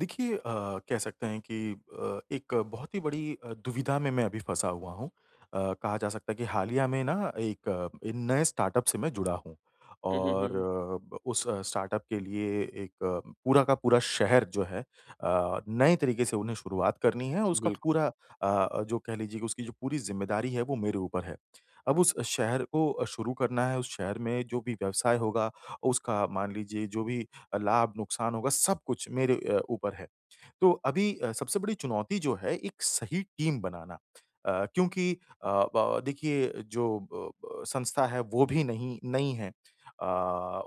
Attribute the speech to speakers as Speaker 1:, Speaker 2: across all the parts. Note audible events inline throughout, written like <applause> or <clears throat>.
Speaker 1: देखिए कह सकते हैं कि एक बहुत ही बड़ी दुविधा में मैं अभी फँसा हुआ हूँ। कहा जा सकता है कि हालिया में ना एक नए स्टार्टअप से मैं जुड़ा हूँ
Speaker 2: हुँ, हुँ, हुँ,
Speaker 1: और
Speaker 2: हुँ।
Speaker 1: ब उस स्टार्टअप के लिए एक पूरा का पूरा शहर जो है नए तरीके से उन्हें शुरुआत करनी है और उसका
Speaker 2: बिल्कुल,
Speaker 1: पूरा जो कह लीजिए कि उसकी जो पूरी ज़िम्मेदारी है वो मेरे ऊपर है। अब उस शहर को शुरू करना है, उस शहर में जो भी व्यवसाय होगा उसका मान लीजिए जो भी लाभ, नुकसान होगा, सब कुछ मेरे ऊपर है। तो अभी सबसे बड़ी चुनौती जो है एक सही टीम बनाना, क्योंकि अ, ब देखिए जो ब ब संस्था है वो भी नहीं नई है। अ,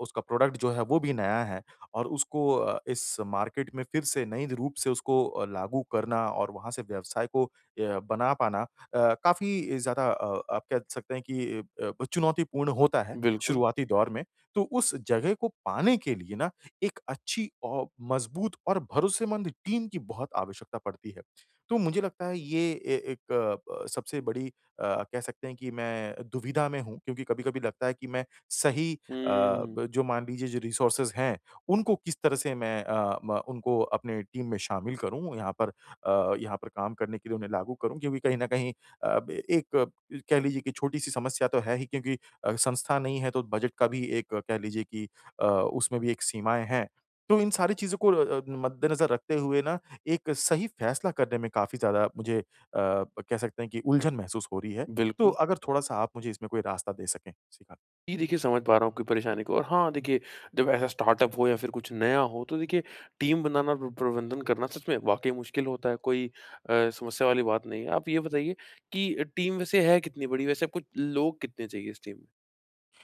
Speaker 1: उसका प्रोडक्ट जो है वो भी नया है और उसको इस मार्केट में फिर से नए रूप से उसको लागू करना और वहाँ से व्यवसाय को बना पाना काफ़ी ज़्यादा आप कह सकते हैं कि ब चुनौतीपूर्ण होता है
Speaker 2: बिल्कुल।
Speaker 1: शुरुआती दौर में। तो उस जगह को पाने के लिए ना एक अच्छी औ मज़बूत और भरोसेमंद टीम की बहुत आवश्यकता पड़ती है। तो मुझे लगता है ये ए एक सबसे बड़ी कह सकते हैं कि मैं दुविधा में हूँ क्योंकि कभी-कभी लगता है कि मैं सही
Speaker 2: हुँ,
Speaker 1: ब जो मान लीजिए जो रिसोर्सेज़ हैं, उनको किस तरह से मैं म उनको अपने टीम में शामिल करूँ, यहाँ पर यहाँ पर काम करने के लिए उन्हें लागू करूँ क्योंकि कहीं न कहीं ब एक कह लीजिए कि छोटी-सी समस्या तो है ही क्योंकि संस्था नहीं है तो बजट का भी एक कह लीजिए कि उसमें भी एक सीमाएँ हैं। तो इन सारी चीज़ों को मद्देनज़र रखते हुए ना एक सही फ़ैसला करने में काफ़ी ज़्यादा मुझे कह सकते हैं कि उलझन महसूस हो रही है। तो
Speaker 2: बिल्कुल।
Speaker 1: अगर थोड़ा-सा आप मुझे इसमें कोई रास्ता दे सकें। जी।
Speaker 2: जी, देखिए समझ पा रहा हूँ आपकी परेशानी को और हाँ, देखिए जब ऐसा स्टार्टअप हो या फिर कुछ नया हो तो देखिए टीम बनाना और प्रबंधन करना सच में वाक़ई मुश्किल होता है, कोई समस्या वाली बात नहीं है। आप ये बताइए कि टीम वैसे है कितनी बड़ी? वैसे आपको लोग कितने चाहिए इस टीम में?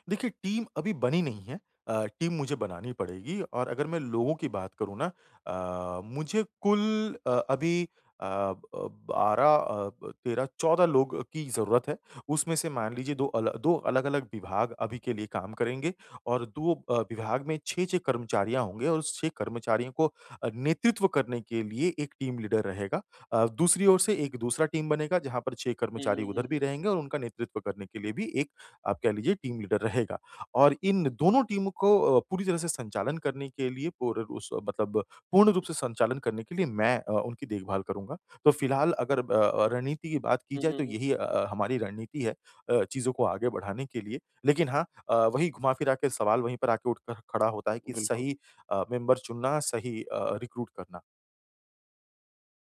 Speaker 1: देखिए, टीम अभी बनी नहीं है। टीम मुझे बनानी पड़ेगी और अगर मैं लोगों की बात करूँ ना मुझे कुल अभी ब 12 ब 13-14 लोग की ज़रूरत है। उसमें से मान लीजिए 2 अल 2 अलग-अलग विभाग अभी के लिए काम करेंगे और 2 विभाग में 6-6 कर्मचारियाँ होंगे और उस 6 कर्मचारियों को नेतृत्व करने के लिए एक टीम लीडर रहेगा। दूसरी ओर से एक दूसरा टीम बनेगा, जहाँ पर 6
Speaker 2: हुँ,
Speaker 1: कर्मचारी
Speaker 2: हुँ,
Speaker 1: उधर भी
Speaker 2: हुँ,
Speaker 1: रहेंगे और उनका नेतृत्व करने के लिए भी एक आप कह लीजिए टीम लीडर रहेगा। और इन दोनों टीमों को पूरी तरह से संचालन करने के लिए पूर उस मतलब पूर्ण रूप से संचालन करने के लिए मैं उनकी देखभाल करूँगा। तो फिलहाल अगर रणनीति की बात की
Speaker 2: हुँ,
Speaker 1: जाए
Speaker 2: हुँ,
Speaker 1: तो
Speaker 2: हुँ, हुँ,
Speaker 1: यही हमारी रणनीति है चीज़ों को आगे बढ़ाने के लिए। लेकिन हाँ वही घुमा-फिरा के सवाल वहीं पर आके उठकर खड़ा होता है कि
Speaker 2: बिल्कुल।
Speaker 1: सही मेंबर चुनना, सही रिक्रूट करना।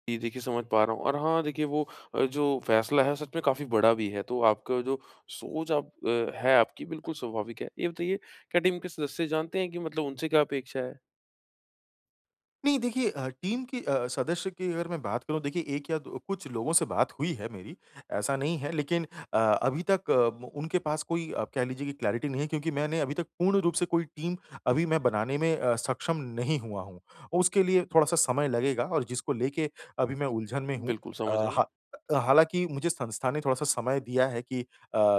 Speaker 2: जी, देखिए समझ पा रहा हूँ और हाँ, देखिए वो जो फ़ैसला है सच में काफ़ी बड़ा भी है, तो आपका जो सोच आप है आपकी बिल्कुल स्वाभाविक है। ये बताइए, क्या टीम के सदस्य जानते हैं कि मतलब उनसे क्या अपेक्षा है?
Speaker 1: नहीं देखिए, टीम के सदस्य की अगर मैं बात करूँ देखिए 1 या 2 कुछ लोगों से बात हुई है मेरी, ऐसा नहीं है लेकिन अभी तक उनके पास कोई आप कह लीजिए कि क्लैरिटी नहीं है क्योंकि मैंने अभी तक पूर्ण रूप से कोई टीम अभी मैं बनाने में सक्षम नहीं हुआ हूँ। उसके लिए थोड़ा-सा समय लगेगा और जिसको लेके अभी मैं उलझन में हूँ।
Speaker 2: बिल्कुल समझ रहा हूँ।
Speaker 1: हा हालाँकि मुझे संस्था ने थोड़ा-सा समय दिया है कि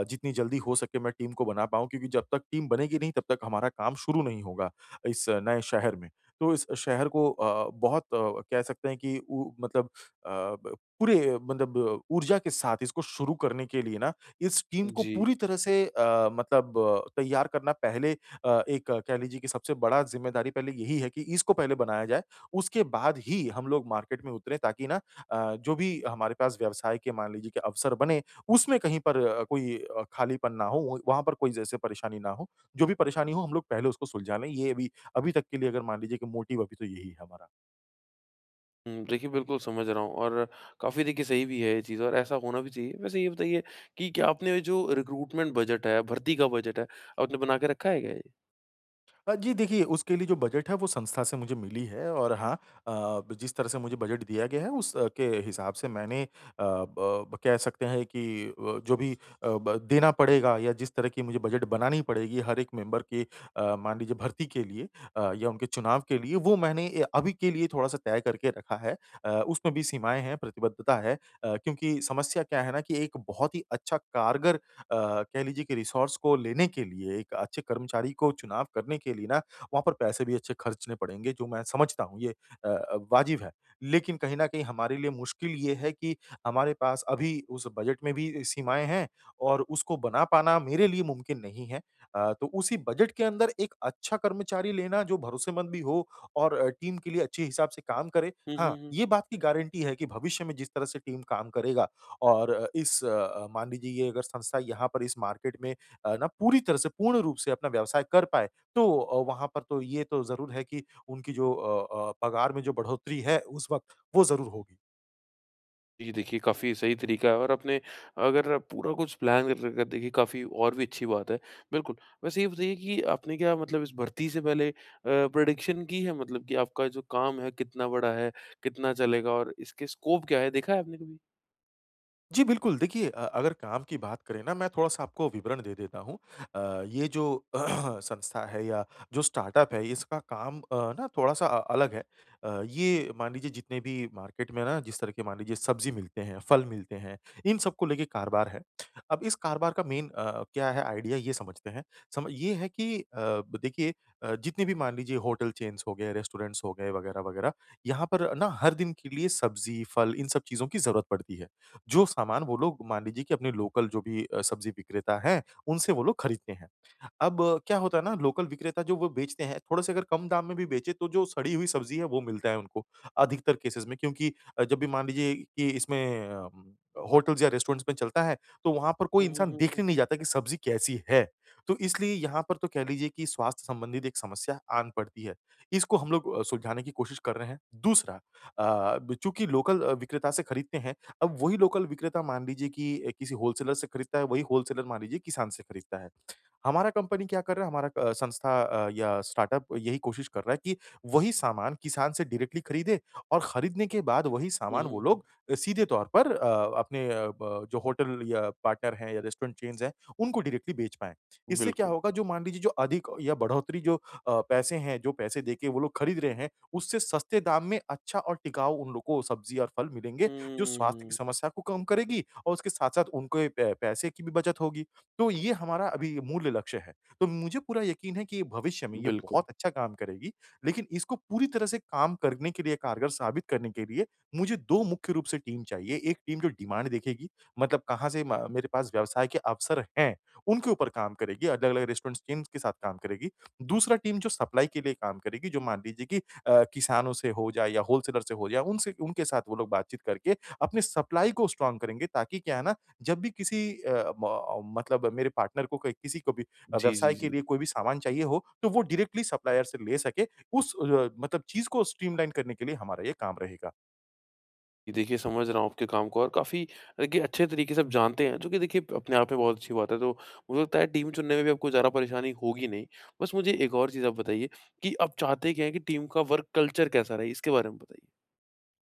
Speaker 1: जितनी जल्दी हो सके मैं टीम को बना पाऊँ क्योंकि जब तक टीम बनेगी नहीं तब तक हमारा काम शुरू नहीं होगा, इस नए शहर में। तो इस शहर को बहुत कह सकते हैं कि उ मतलब ब पूरे मतलब ऊर्जा के साथ इसको शुरू करने के लिए ना, इस टीम को
Speaker 2: जी।
Speaker 1: पूरी तरह से मतलब तैयार करना पहले एक कह लीजिए कि सबसे बड़ा ज़िम्मेदारी पहले यही है कि इसको पहले बनाया जाए, उसके बाद ही हम लोग मार्केट में उतरें ताकि ना जो भी हमारे पास व्यवसाय के मान लीजिए कि अवसर बने, उसमें कहीं पर कोई खालीपन ना हो, वहीं वहाँ पर कोई जैसे परेशानी ना हो। जो भी परेशानी हो, हम लोग पहले उसको सुलझा लें, ये भी अभी तक के लिए अगर मान लीजिए कि मोटिव अभी तो यही है हमारा।
Speaker 2: हुँ, देखिए बिल्कुल समझ रहा हूँ और काफ़ी देखिए सही भी है ये चीज़, और ऐसा होना भी चाहिए। वैसे ये बताइए कि क्या आपने जो रिक्रूटमेंट बजट है, भर्ती का बजट है, आपने बना के रखा है क्या ये?
Speaker 1: जी देखिए उसके लिए जो बजट है वो संस्था से मुझे मिली है और हाँ अ, जिस तरह से मुझे बजट दिया गया है उस के हिसाब से मैंने ब कह सकते हैं कि जो भी ब देना पड़ेगा या जिस तरह की मुझे बजट बनानी पड़ेगी हर एक मेंबर के मान लीजिए भर्ती के लिए या उनके चुनाव के लिए वो मैंने अभी के लिए थोड़ा-सा तय करके रखा है। उसमें भी सीमाएँ हैं, प्रतिबद्धता है क्योंकि समस्या क्या है ना कि एक बहुत ही अच्छा कारगर अ, कह लीजिए कि रिसोर्स को लेने के लिए, एक अच्छे कर्मचारी को चुनाव करने के लिए ना, वहाँ पर पैसे भी अच्छे खर्चने पड़ेंगे, जो मैं समझता हूँ ये वाजिब है। लेकिन कहीं न कहीं हमारे लिए मुश्किल ये है कि हमारे पास अभी उस बजट में भी सीमाएँ हैं और उसको बना पाना मेरे लिए मुमकिन नहीं है। तो उसी बजट के अंदर एक अच्छा कर्मचारी लेना जो भरोसेमंद भी हो और टीम के लिए अच्छे हिसाब से काम करे।
Speaker 2: हुँ,
Speaker 1: हाँ,
Speaker 2: हुँ, हुँ।
Speaker 1: ये बात की गारंटी है कि भविष्य में जिस तरह से टीम काम करेगा और इस मान लीजिए ये अगर संस्था यहाँ पर इस मार्केट में ना पूरी तरह से पूर्ण रूप से अपना व्यवसाय कर पाए, तो वहाँ पर तो ये तो ज़रूर है कि उनकी जो पगार में जो बढ़ोतरी है उस वक़्त, वो ज़रूर होगी।
Speaker 2: जी, देखिए काफ़ी सही तरीका है, और आपने अगर आप पूरा कुछ प्लान कर रखा है, देखिए काफ़ी और भी अच्छी बात है। बिल्कुल, वैसे ये बताइए कि आपने क्या मतलब इस भर्ती से पहले प्रेडिक्शन की है, मतलब कि आपका जो काम है कितना बड़ा है, कितना चलेगा और इसके स्कोप क्या है, देखा है आपने कभी?
Speaker 1: जी, बिल्कुल। देखिए अगर काम की बात करें ना मैं थोड़ा-सा आपको विवरण दे देता हूँ। ये जो <clears throat> संस्था है या जो स्टार्टअप है इसका काम ना थोड़ा-सा अलग है। ये मान लीजिए जितने भी मार्केट में ना जिस तरह के मान लीजिए सब्ज़ी मिलते हैं, फल मिलते हैं, इन सबको लेके कारोबार है। अब इस कारोबार का मेन क्या है आइडिया ये समझते हैं। सम ये है कि देखिए जितने भी मान लीजिए होटल चेन्स हो गए, रेस्टोरेंट्स हो गए वगैरह-वगैरह, यहाँ पर ना हर दिन के लिए सब्ज़ी, फल इन सब चीज़ों की ज़रूरत पड़ती है। जो सामान वो लोग मान लीजिए कि अपने लोकल जो भी सब्ज़ी विक्रेता हैं, उनसे वो लोग खरीदते हैं। अब क्या होता है ना लोकल विक्रेता जो वो बेचते हैं, थोड़े से अगर कम दाम में भी बेचे तो जो सड़ी हुई सब्ज़ी है वो मिलता है उनको, अधिकतर केसेज़ में क्योंकि जब भी मान लीजिए कि इसमें होटल्स या रेस्टोरेंट्स में चलता है, तो वहाँ पर कोई
Speaker 2: हुँ, हुँ,
Speaker 1: इंसान
Speaker 2: हुँ, हुँ।
Speaker 1: देखने नहीं जाता कि सब्ज़ी कैसी है। तो इसलिए यहाँ पर तो कह लीजिए कि स्वास्थ्य संबंधित एक समस्या आन पड़ती है। इसको हम लोग सुलझाने की कोशिश कर रहे हैं। दूसरा ब चूँकि लोकल विक्रेता से खरीदते हैं, अब वही लोकल विक्रेता मान लीजिए कि किसी होलसेलर से खरीदता है, वही होलसेलर मान लीजिए किसान से खरीदता है। हमारा कंपनी क्या कर रहा है, हमारा संस्था या स्टार्टअप यही कोशिश कर रहा है कि वही सामान किसान से डायरेक्टली खरीदे और खरीदने के बाद वही
Speaker 2: हुँ,
Speaker 1: सामान वो
Speaker 2: हुँ,
Speaker 1: लोग सीधे तौर पर अपने ब जो होटल या पार्टनर हैं या रेस्टोरेंट चेन्स हैं, उनको डायरेक्टली बेच पाएँ।
Speaker 2: हुँ।
Speaker 1: इससे क्या
Speaker 2: बिल्कुल।
Speaker 1: होगा जो मान लीजिए जो अधिक या बढ़ोतरी जो पैसे हैं, जो पैसे देके वो लोग खरीद रहे हैं, उससे सस्ते दाम में अच्छा और टिकाऊ उन लोग को सब्ज़ी और फल मिलेंगे, जो स्वास्थ्य की
Speaker 2: हुँ,
Speaker 1: समस्या को कम करेगी और उसके साथ-साथ उनके पै पैसे की भी बचत होगी। तो ये हमारा अभी मूल लक्ष्य है। तो मुझे पूरा यकीन है कि भविष्य में ये
Speaker 2: बिल्कुल।
Speaker 1: बहुत अच्छा काम करेगी, लेकिन इसको पूरी तरह से काम करने के लिए, कारगर साबित करने के लिए मुझे 2 मुख्य रूप से टीम चाहिए। एक टीम जो डिमांड देखेगी, मतलब कहाँ से म मेरे पास व्यवसाय के अवसर हैं, उनके ऊपर काम करेगी, अलग-अलग रेस्टोरेंट्स टीम्स के साथ काम करेगी। दूसरा टीम जो सप्लाई के लिए काम करेगी, जो मान लीजिए कि किसानों से हो जाए या होलसेलर से हो जाए, उनसे उनके साथ वो लोग बातचीत करके अपने सप्लाई को स्ट्रॉन्ग करेंगे ताकि क्या है ना जब भी किसी म मतलब मेरे पार्टनर को क किसी को भी
Speaker 2: जी, जी,
Speaker 1: व्यवसाय के
Speaker 2: जी।
Speaker 1: लिए कोई भी सामान चाहिए हो, तो वो डायरेक्टली सप्लायर से ले सके, उस मतलब चीज़ को स्ट्रीमलाइन करने के लिए हमारा ये काम रहेगा।
Speaker 2: जी, देखिए समझ रहा हूँ आपके काम को, और काफ़ी देखिए अच्छे तरीके से आप जानते हैं, जो कि देखिए अपने आप में बहुत अच्छी बात है। तो मुझे लगता है टीम चुनने में भी आपको ज़्यादा परेशानी होगी नहीं। बस मुझे एक और चीज़ आप बताइए कि आप चाहते क्या हैं, कि टीम का वर्क कल्चर कैसा रहे? इसके बारे में बताइए?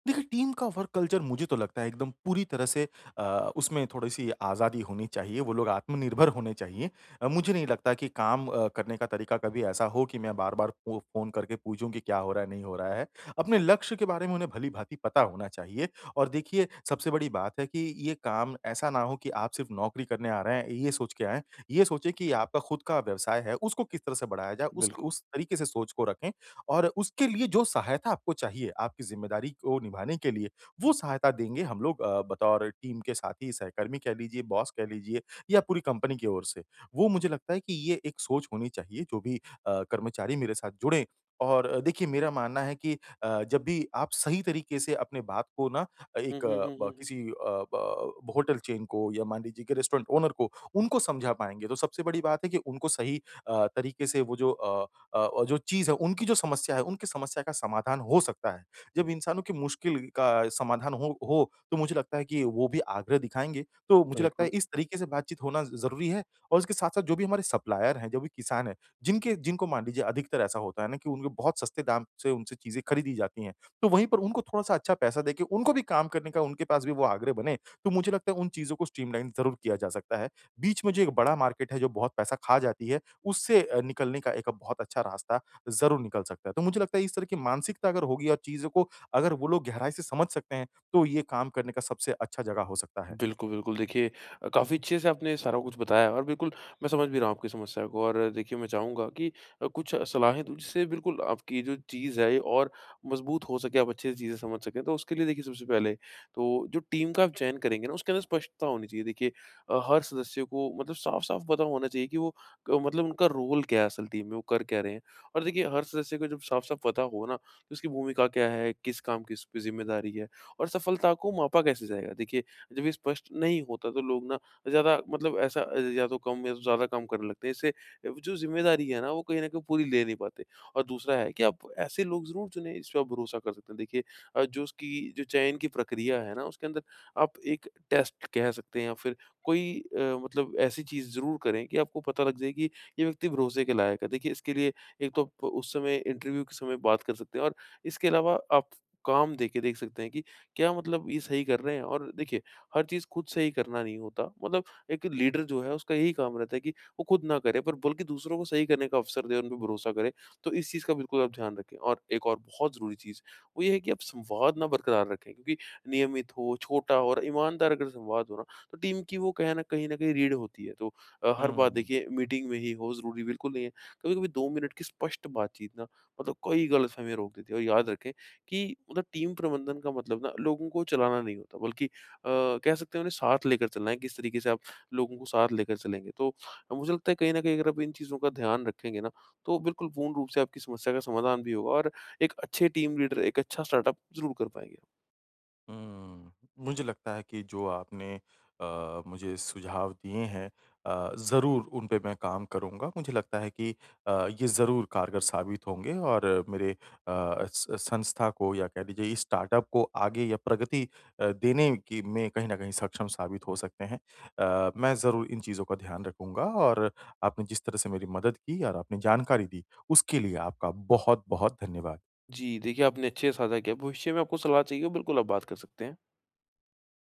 Speaker 1: देखिए, टीम का वर्क कल्चर मुझे तो लगता है एकदम पूरी तरह से अ, उसमें थोड़ी-सी आज़ादी होनी चाहिए, वो लोग आत्मनिर्भर होने चाहिए। मुझे नहीं लगता कि काम करने का तरीका कभी ऐसा हो कि मैं बार-बार फ़ोन करके पूछूँ कि क्या हो रहा है, नहीं हो रहा है। अपने लक्ष्य के बारे में उन्हें भली-भाँति पता होना चाहिए और देखिए, सबसे बड़ी बात है कि ये काम ऐसा ना हो कि आप सिर्फ़ नौकरी करने आ रहे हैं, ये सोच के आएँ। ये सोचें कि आपका खुद का व्यवसाय है, उसको किस तरह से बढ़ाया जाए, उस
Speaker 2: बिल्कुल।
Speaker 1: उस तरीके से सोच को रखें और उसके लिए जो सहायता आपको चाहिए, आपकी ज़िम्मेदारी को निभाने के लिए, वो सहायता देंगे हम लोग बतौर टीम के साथी, सहकर्मी कह लीजिए, बॉस कह लीजिए या पूरी कंपनी की ओर से। वो मुझे लगता है कि ये एक सोच होनी चाहिए जो भी कर्मचारी मेरे साथ जुड़ें और देखिए मेरा मानना है कि जब भी आप सही तरीके से अपने बात को ना
Speaker 2: हुँ,
Speaker 1: एक
Speaker 2: हुँ, हुँ,
Speaker 1: ब
Speaker 2: हुँ, हुँ।
Speaker 1: किसी ब होटल चेन को या मान लीजिए कि रेस्टोरेंट ओनर को, उनको समझा पाएँगे, तो सबसे बड़ी बात है कि उनको सही तरीके से वो जो और जो चीज़ है उनकी जो समस्या है, उनकी समस्या का समाधान हो सकता है। जब इंसानों की मुश्किल का समाधान हो, तो मुझे लगता है कि वो भी आग्रह दिखाएँगे। तो मुझे लगता है
Speaker 2: बिल्कुल।
Speaker 1: इस तरीके से बातचीत होना ज़रूरी है और उसके साथ-साथ जो भी हमारे सप्लायर हैं, जो भी किसान हैं, जिनके जिनको मान लीजिए अधिकतर ऐसा होता है ना कि उनको बहुत सस्ते दाम से उनसे चीज़ें खरीदी जाती हैं। तो वहीं पर उनको थोड़ा-सा अच्छा पैसा देके उनको भी काम करने का उनके पास भी वो आग्रह बने, तो मुझे लगता है उन चीज़ों को स्ट्रीमलाइन ज़रूर किया जा सकता है। बीच में जो एक बड़ा मार्केट है जो बहुत पैसा खा जाती है उससे निकलने का एक बहुत अच्छा रास्ता ज़रूर निकल सकता है। तो मुझे लगता है इस तरह की मानसिकता अगर होगी और चीज़ों को अगर वो लोग गहराई से समझ सकते हैं, तो ये काम करने का सबसे अच्छा जगह हो सकता है।
Speaker 2: बिल्कुल, बिल्कुल। देखिए, काफ़ी अच्छे से आपने सारा कुछ बताया, और बिल्कुल मैं समझ भी रहा हूँ आपकी समस्या को, और देखिए मैं चाहूँगा कि कुछ सलाहें दूँ, जिससे बिल्कुल आपकी जो चीज़ है ये और मज़बूत हो सके, आप अच्छे से चीज़ें समझ सकें। तो उसके लिए देखिए, सबसे पहले तो जो टीम का आप चयन करेंगे ना, उसके अंदर स्पष्टता होनी चाहिए। देखिए, हर सदस्य को मतलब साफ-साफ पता होना चाहिए कि वो क मतलब उनका रोल क्या है असल टीम में, वो कर क्या रहे हैं। और देखिए हर सदस्य को जब साफ-साफ पता हो ना, तो उसकी भूमिका क्या है, किस काम की उस पे ज़िम्मेदारी है और सफलता को मापा कैसे जाएगा। देखिए, जब ये स्पष्ट नहीं होता तो लोग ना ज़्यादा मतलब ऐसा या तो कम या तो ज़्यादा काम करने लगते हैं। इससे जो ज़िम्मेदारी है ना, वो कहीं न कहीं पूरी ले नहीं पाते। और दूसरा है कि आप ऐसे लोग ज़रूर चुनें जिस पे आप भरोसा कर सकते हैं। देखिए, जो उसकी जो चयन की प्रक्रिया है ना, उसके अंदर आप एक टेस्ट कह सकते हैं, या फिर कोई मतलब ऐसी चीज़ ज़रूर करें कि आपको पता लग जाए कि ये व्यक्ति भरोसे के लायक है। देखिए, इसके लिए एक तो आप उस समय, इंटरव्यू के समय बात कर सकते हैं, और इसके अलावा आप काम देके देख सकते हैं कि क्या मतलब ये सही कर रहे हैं। और देखिए, हर चीज़ खुद से ही करना नहीं होता। मतलब एक लीडर जो है, उसका यही काम रहता है कि वो खुद ना करे, पर बल्कि दूसरों को सही करने का अवसर दे, उन पे भरोसा करे। तो इस चीज़ का बिल्कुल आप ध्यान रखें। और एक और बहुत ज़रूरी चीज़ वो ये है कि आप संवाद ना बरकरार रखें, क्योंकि नियमित हो, छोटा हो और ईमानदार अगर संवाद हो ना, तो टीम की वो कहीं न कहीं रीढ़ होती है। तो हर बात
Speaker 1: हुँ।
Speaker 2: देखिए मीटिंग में ही हो, ज़रूरी बिल्कुल नहीं है। कभी-कभी 2 मिनट की स्पष्ट बातचीत ना, मतलब कई गलतफ़हमियाँ रोक देती है। और याद रखें कि मतलब टीम प्रबंधन का मतलब ना लोगों को चलाना नहीं होता, बल्कि अ, कह सकते हैं उन्हें साथ लेकर चलना है, किस तरीके से आप लोगों को साथ लेकर चलेंगे। तो मुझे लगता है कहीं न कहीं अगर आप इन चीज़ों का ध्यान रखेंगे ना, तो बिल्कुल पूर्ण रूप से आपकी समस्या का समाधान भी होगा, और एक अच्छे टीम लीडर, एक अच्छा स्टार्टअप ज़रूर कर पाएँगे।
Speaker 1: हुँ, मुझे लगता है कि जो आपने मुझे सुझाव दिए हैं ज़रूर उन पे मैं काम करूँगा। मुझे लगता है कि अ, ये ज़रूर कारगर साबित होंगे और मेरे स संस्था को या कह लीजिए इस स्टार्टअप को आगे या प्रगति देने की में कहीं न कहीं सक्षम साबित हो सकते हैं। मैं ज़रूर इन चीज़ों का ध्यान रखूँगा और आपने जिस तरह से मेरी मदद की और आपने जानकारी दी, उसके लिए आपका बहुत-बहुत धन्यवाद।
Speaker 2: जी, देखिए आपने अच्छे से साझा किया। भविष्य में आपको सलाह चाहिए हो, बिल्कुल आप बात कर सकते हैं।